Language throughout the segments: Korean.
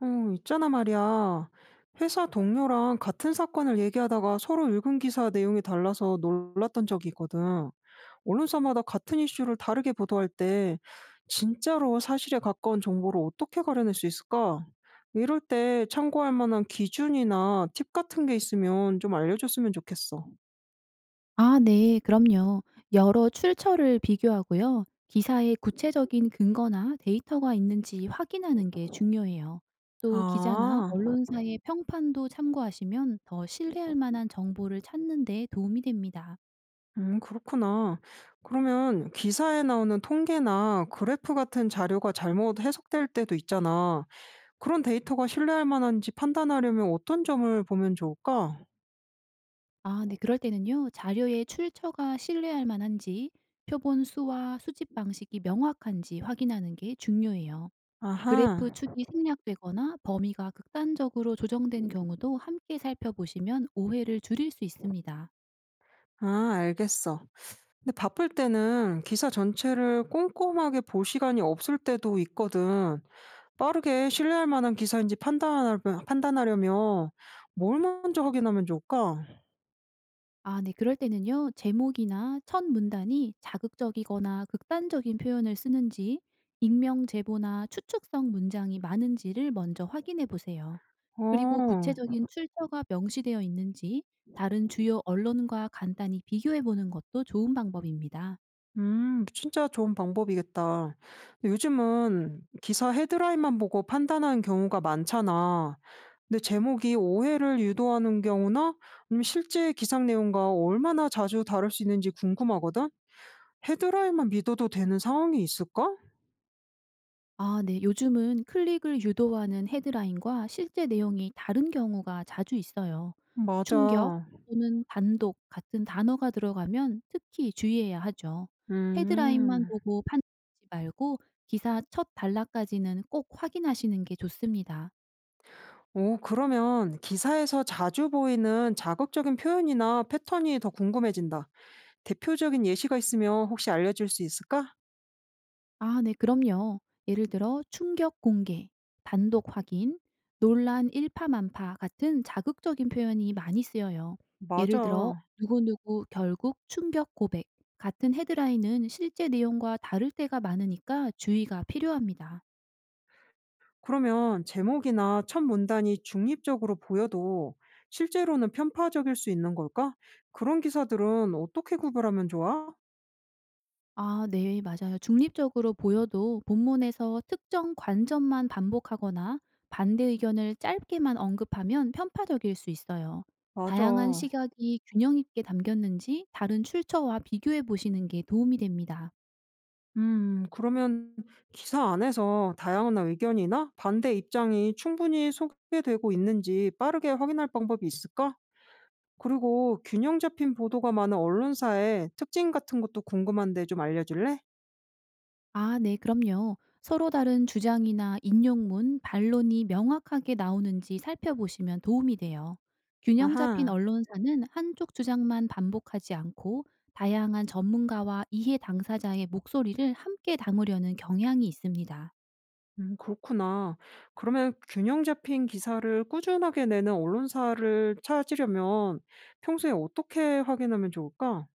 어, 있잖아 말이야. 회사 동료랑 같은 사건을 얘기하다가 서로 읽은 기사 내용이 달라서 놀랐던 적이 있거든. 언론사마다 같은 이슈를 다르게 보도할 때 진짜로 사실에 가까운 정보를 어떻게 가려낼 수 있을까? 이럴 때 참고할 만한 기준이나 팁 같은 게 있으면 좀 알려줬으면 좋겠어. 아 네. 그럼요. 여러 출처를 비교하고요. 기사에 구체적인 근거나 데이터가 있는지 확인하는 게 중요해요. 또 기자나 아. 언론사의 평판도 참고하시면 더 신뢰할 만한 정보를 찾는 데 도움이 됩니다. 그렇구나. 그러면 기사에 나오는 통계나 그래프 같은 자료가 잘못 해석될 때도 있잖아. 그런 데이터가 신뢰할 만한지 판단하려면 어떤 점을 보면 좋을까? 아 네. 그럴 때는요. 자료의 출처가 신뢰할 만한지 표본 수와 수집 방식이 명확한지 확인하는 게 중요해요. 그래프 아하, 축이 생략되거나 범위가 극단적으로 조정된 경우도 함께 살펴보시면 오해를 줄일 수 있습니다. 아, 알겠어. 근데 바쁠 때는 기사 전체를 꼼꼼하게 볼 시간이 없을 때도 있거든. 빠르게 신뢰할 만한 기사인지 판단하려면 뭘 먼저 확인하면 좋을까? 아, 네. 그럴 때는요, 제목이나 첫 문단이 자극적이거나 극단적인 표현을 쓰는지, 익명 제보나 추측성 문장이 많은지를 먼저 확인해 보세요. 그리고 어. 구체적인 출처가 명시되어 있는지, 다른 주요 언론과 간단히 비교해 보는 것도 좋은 방법입니다. 진짜 좋은 방법이겠다. 근데 요즘은 기사 헤드라인만 보고 판단하는 경우가 많잖아. 근데 제목이 오해를 유도하는 경우나 아니면 실제 기상 내용과 얼마나 자주 다를 수 있는지 궁금하거든? 헤드라인만 믿어도 되는 상황이 있을까? 아 네. 요즘은 클릭을 유도하는 헤드라인과 실제 내용이 다른 경우가 자주 있어요. 충격 맞아. 또는 단독 같은 단어가 들어가면 특히 주의해야 하죠. 헤드라인만 음. 보고 판단하지 말고 기사 첫 단락까지는 꼭 확인하시는 게 좋습니다. 오, 그러면 기사에서 자주 보이는 자극적인 표현이나 패턴이 더 궁금해진다. 대표적인 예시가 있으면 혹시 알려줄 수 있을까? 아 네 그럼요. 예를 들어 충격 공개, 단독 확인, 논란 일파만파 같은 자극적인 표현이 많이 쓰여요. 예를 들어 맞아. "누구누구 결국 충격 고백" 같은 헤드라인은 실제 내용과 다를 때가 많으니까 주의가 필요합니다. 그러면 제목이나 첫 문단이 중립적으로 보여도 실제로는 편파적일 수 있는 걸까? 그런 기사들은 어떻게 구별하면 좋아? 아 네. 맞아요. 중립적으로 보여도 본문에서 특정 관점만 반복하거나 반대 의견을 짧게만 언급하면 편파적일 수 있어요. 다양한 맞아. 시각이 균형 있게 담겼는지 다른 출처와 비교해 보시는 게 도움이 됩니다. 그러면 기사 안에서 다양한 의견이나 반대 입장이 충분히 소개되고 있는지 빠르게 확인할 방법이 있을까? 그리고 균형 잡힌 보도가 많은 언론사의 특징 같은 것도 궁금한데 좀 알려줄래? 아, 네, 그럼요. 서로 다른 주장이나 인용문, 반론이 명확하게 나오는지 살펴보시면 도움이 돼요. 균형 잡힌 아하. 언론사는 한쪽 주장만 반복하지 않고 다양한 전문가와 이해 당사자의 목소리를 함께 담으려는 경향이 있습니다. 그렇구나. 그러면 균형 잡힌 기사를 꾸준하게 내는 언론사를 찾으려면 평소에 어떻게 확인하면 좋을까?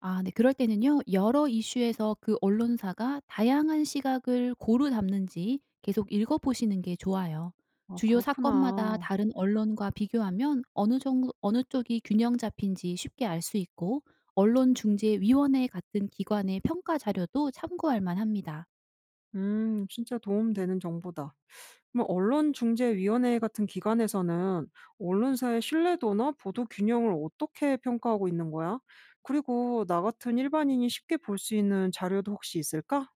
아 네. 그럴 때는요. 여러 이슈에서 그 언론사가 다양한 시각을 고루 담는지 계속 읽어 보시는 게 좋아요. 아 주요 사건마다 그렇구나. 다른 언론과 비교하면 어느 정도 어느 쪽이 균형 잡힌지 쉽게 알 수 있고 언론중재위원회 같은 기관의 평가 자료도 참고할 만합니다. 진짜 도움되는 정보다. 그럼 언론중재위원회 같은 기관에서는 언론사의 신뢰도나 보도 균형을 어떻게 평가하고 있는 거야? 그리고 나 같은 일반인이 쉽게 볼 수 있는 자료도 혹시 있을까?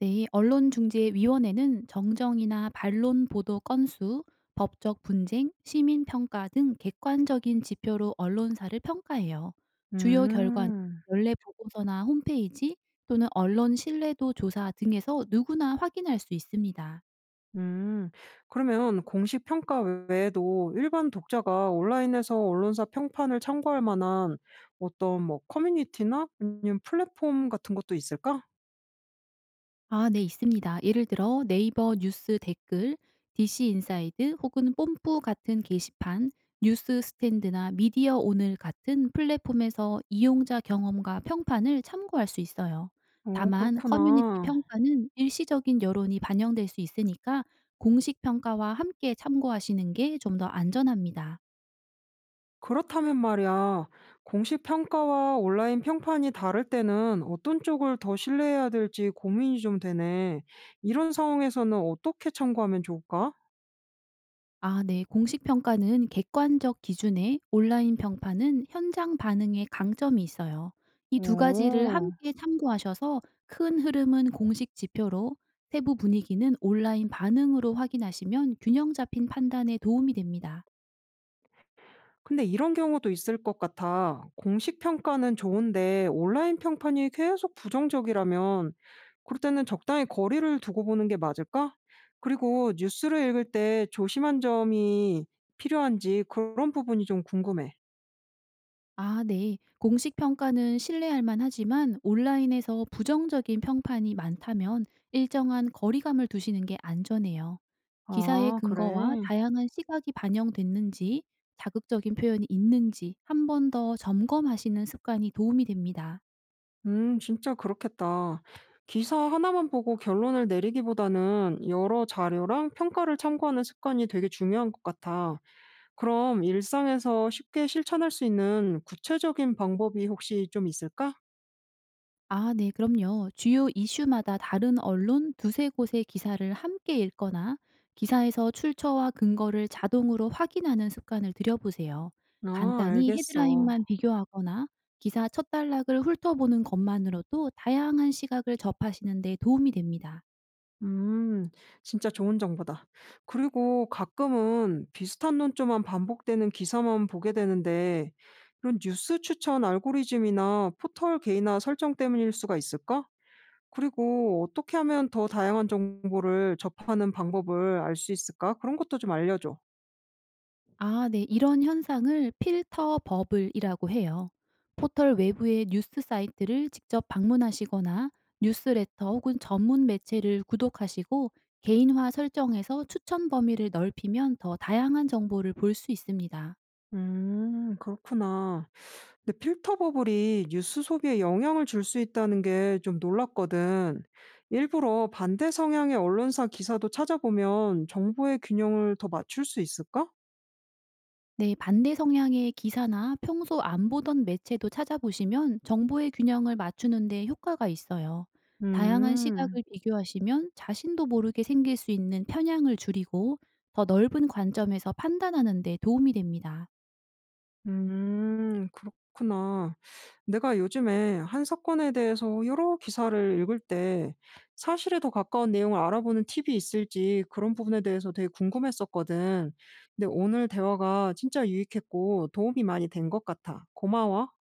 네, 언론중재위원회는 정정이나 반론 보도 건수, 법적 분쟁, 시민 평가 등 객관적인 지표로 언론사를 평가해요. 주요 결과는 음. 연례 보고서나 홈페이지 또는 언론 신뢰도 조사 등에서 누구나 확인할 수 있습니다. 음. 그러면 공식 평가 외에도 일반 독자가 온라인에서 언론사 평판을 참고할 만한 어떤 뭐 커뮤니티나 아니면 플랫폼 같은 것도 있을까? 아 네 있습니다. 예를 들어 네이버 뉴스 댓글, 디 c 인사이드 혹은 뽐뿌 같은 게시판, 뉴스 스탠드나 미디어 오늘 같은 플랫폼에서 이용자 경험과 평판을 참고할 수 있어요. 어, 다만 커뮤니티 그렇구나. 평가는 일시적인 여론이 반영될 수 있으니까 공식 평가와 함께 참고하시는 게 좀 더 안전합니다. 그렇다면 말이야. 공식 평가와 온라인 평판이 다를 때는 어떤 쪽을 더 신뢰해야 될지 고민이 좀 되네. 이런 상황에서는 어떻게 참고하면 좋을까? 아 네. 공식 평가는 객관적 기준에 온라인 평판은 현장 반응에 강점이 있어요. 이 두 가지를 어. 함께 참고하셔서 큰 흐름은 공식 지표로 세부 분위기는 온라인 반응으로 확인하시면 균형 잡힌 판단에 도움이 됩니다. 근데 이런 경우도 있을 것 같아. 공식 평가는 좋은데 온라인 평판이 계속 부정적이라면 그럴 때는 적당히 거리를 두고 보는 게 맞을까? 그리고 뉴스를 읽을 때 조심한 점이 필요한지 그런 부분이 좀 궁금해. 아 네. 공식 평가는 신뢰할 만하지만 온라인에서 부정적인 평판이 많다면 일정한 거리감을 두시는 게 안전해요. 기사의 아, 근거와 그래. 다양한 시각이 반영됐는지, 자극적인 표현이 있는지 한 번 더 점검하시는 습관이 도움이 됩니다. 진짜 그렇겠다. 기사 하나만 보고 결론을 내리기보다는 여러 자료랑 평가를 참고하는 습관이 되게 중요한 것 같아. 그럼 일상에서 쉽게 실천할 수 있는 구체적인 방법이 혹시 좀 있을까? 아 네 그럼요. 주요 이슈마다 다른 언론 두세 곳의 기사를 함께 읽거나 기사에서 출처와 근거를 자동으로 확인하는 습관을 들여보세요. 아, 간단히 알겠어. 헤드라인만 비교하거나 기사 첫 단락을 훑어보는 것만으로도 다양한 시각을 접하시는 데 도움이 됩니다. 음, 진짜 좋은 정보다. 그리고 가끔은 비슷한 논조만 반복되는 기사만 보게 되는데, 이런 뉴스 추천 알고리즘이나 포털 개인화 설정 때문일 수가 있을까? 그리고 어떻게 하면 더 다양한 정보를 접하는 방법을 알 수 있을까? 그런 것도 좀 알려줘. 아 네. 이런 현상을 필터 버블이라고 해요. 포털 외부의 뉴스 사이트를 직접 방문하시거나 뉴스레터 혹은 전문 매체를 구독하시고 개인화 설정에서 추천 범위를 넓히면 더 다양한 정보를 볼 수 있습니다. 그렇구나. 근데 필터 버블이 뉴스 소비에 영향을 줄 수 있다는 게 좀 놀랐거든. 일부러 반대 성향의 언론사 기사도 찾아보면 정보의 균형을 더 맞출 수 있을까? 네, 반대 성향의 기사나 평소 안 보던 매체도 찾아보시면 정보의 균형을 맞추는 데 효과가 있어요. 다양한 음, 시각을 비교하시면 자신도 모르게 생길 수 있는 편향을 줄이고 더 넓은 관점에서 판단하는 데 도움이 됩니다. 그렇구나. 내가 요즘에 한 사건에 대해서 여러 기사를 읽을 때 사실에 더 가까운 내용을 알아보는 팁이 있을지 그런 부분에 대해서 되게 궁금했었거든. 근데 오늘 대화가 진짜 유익했고 도움이 많이 된 것 같아. 고마워.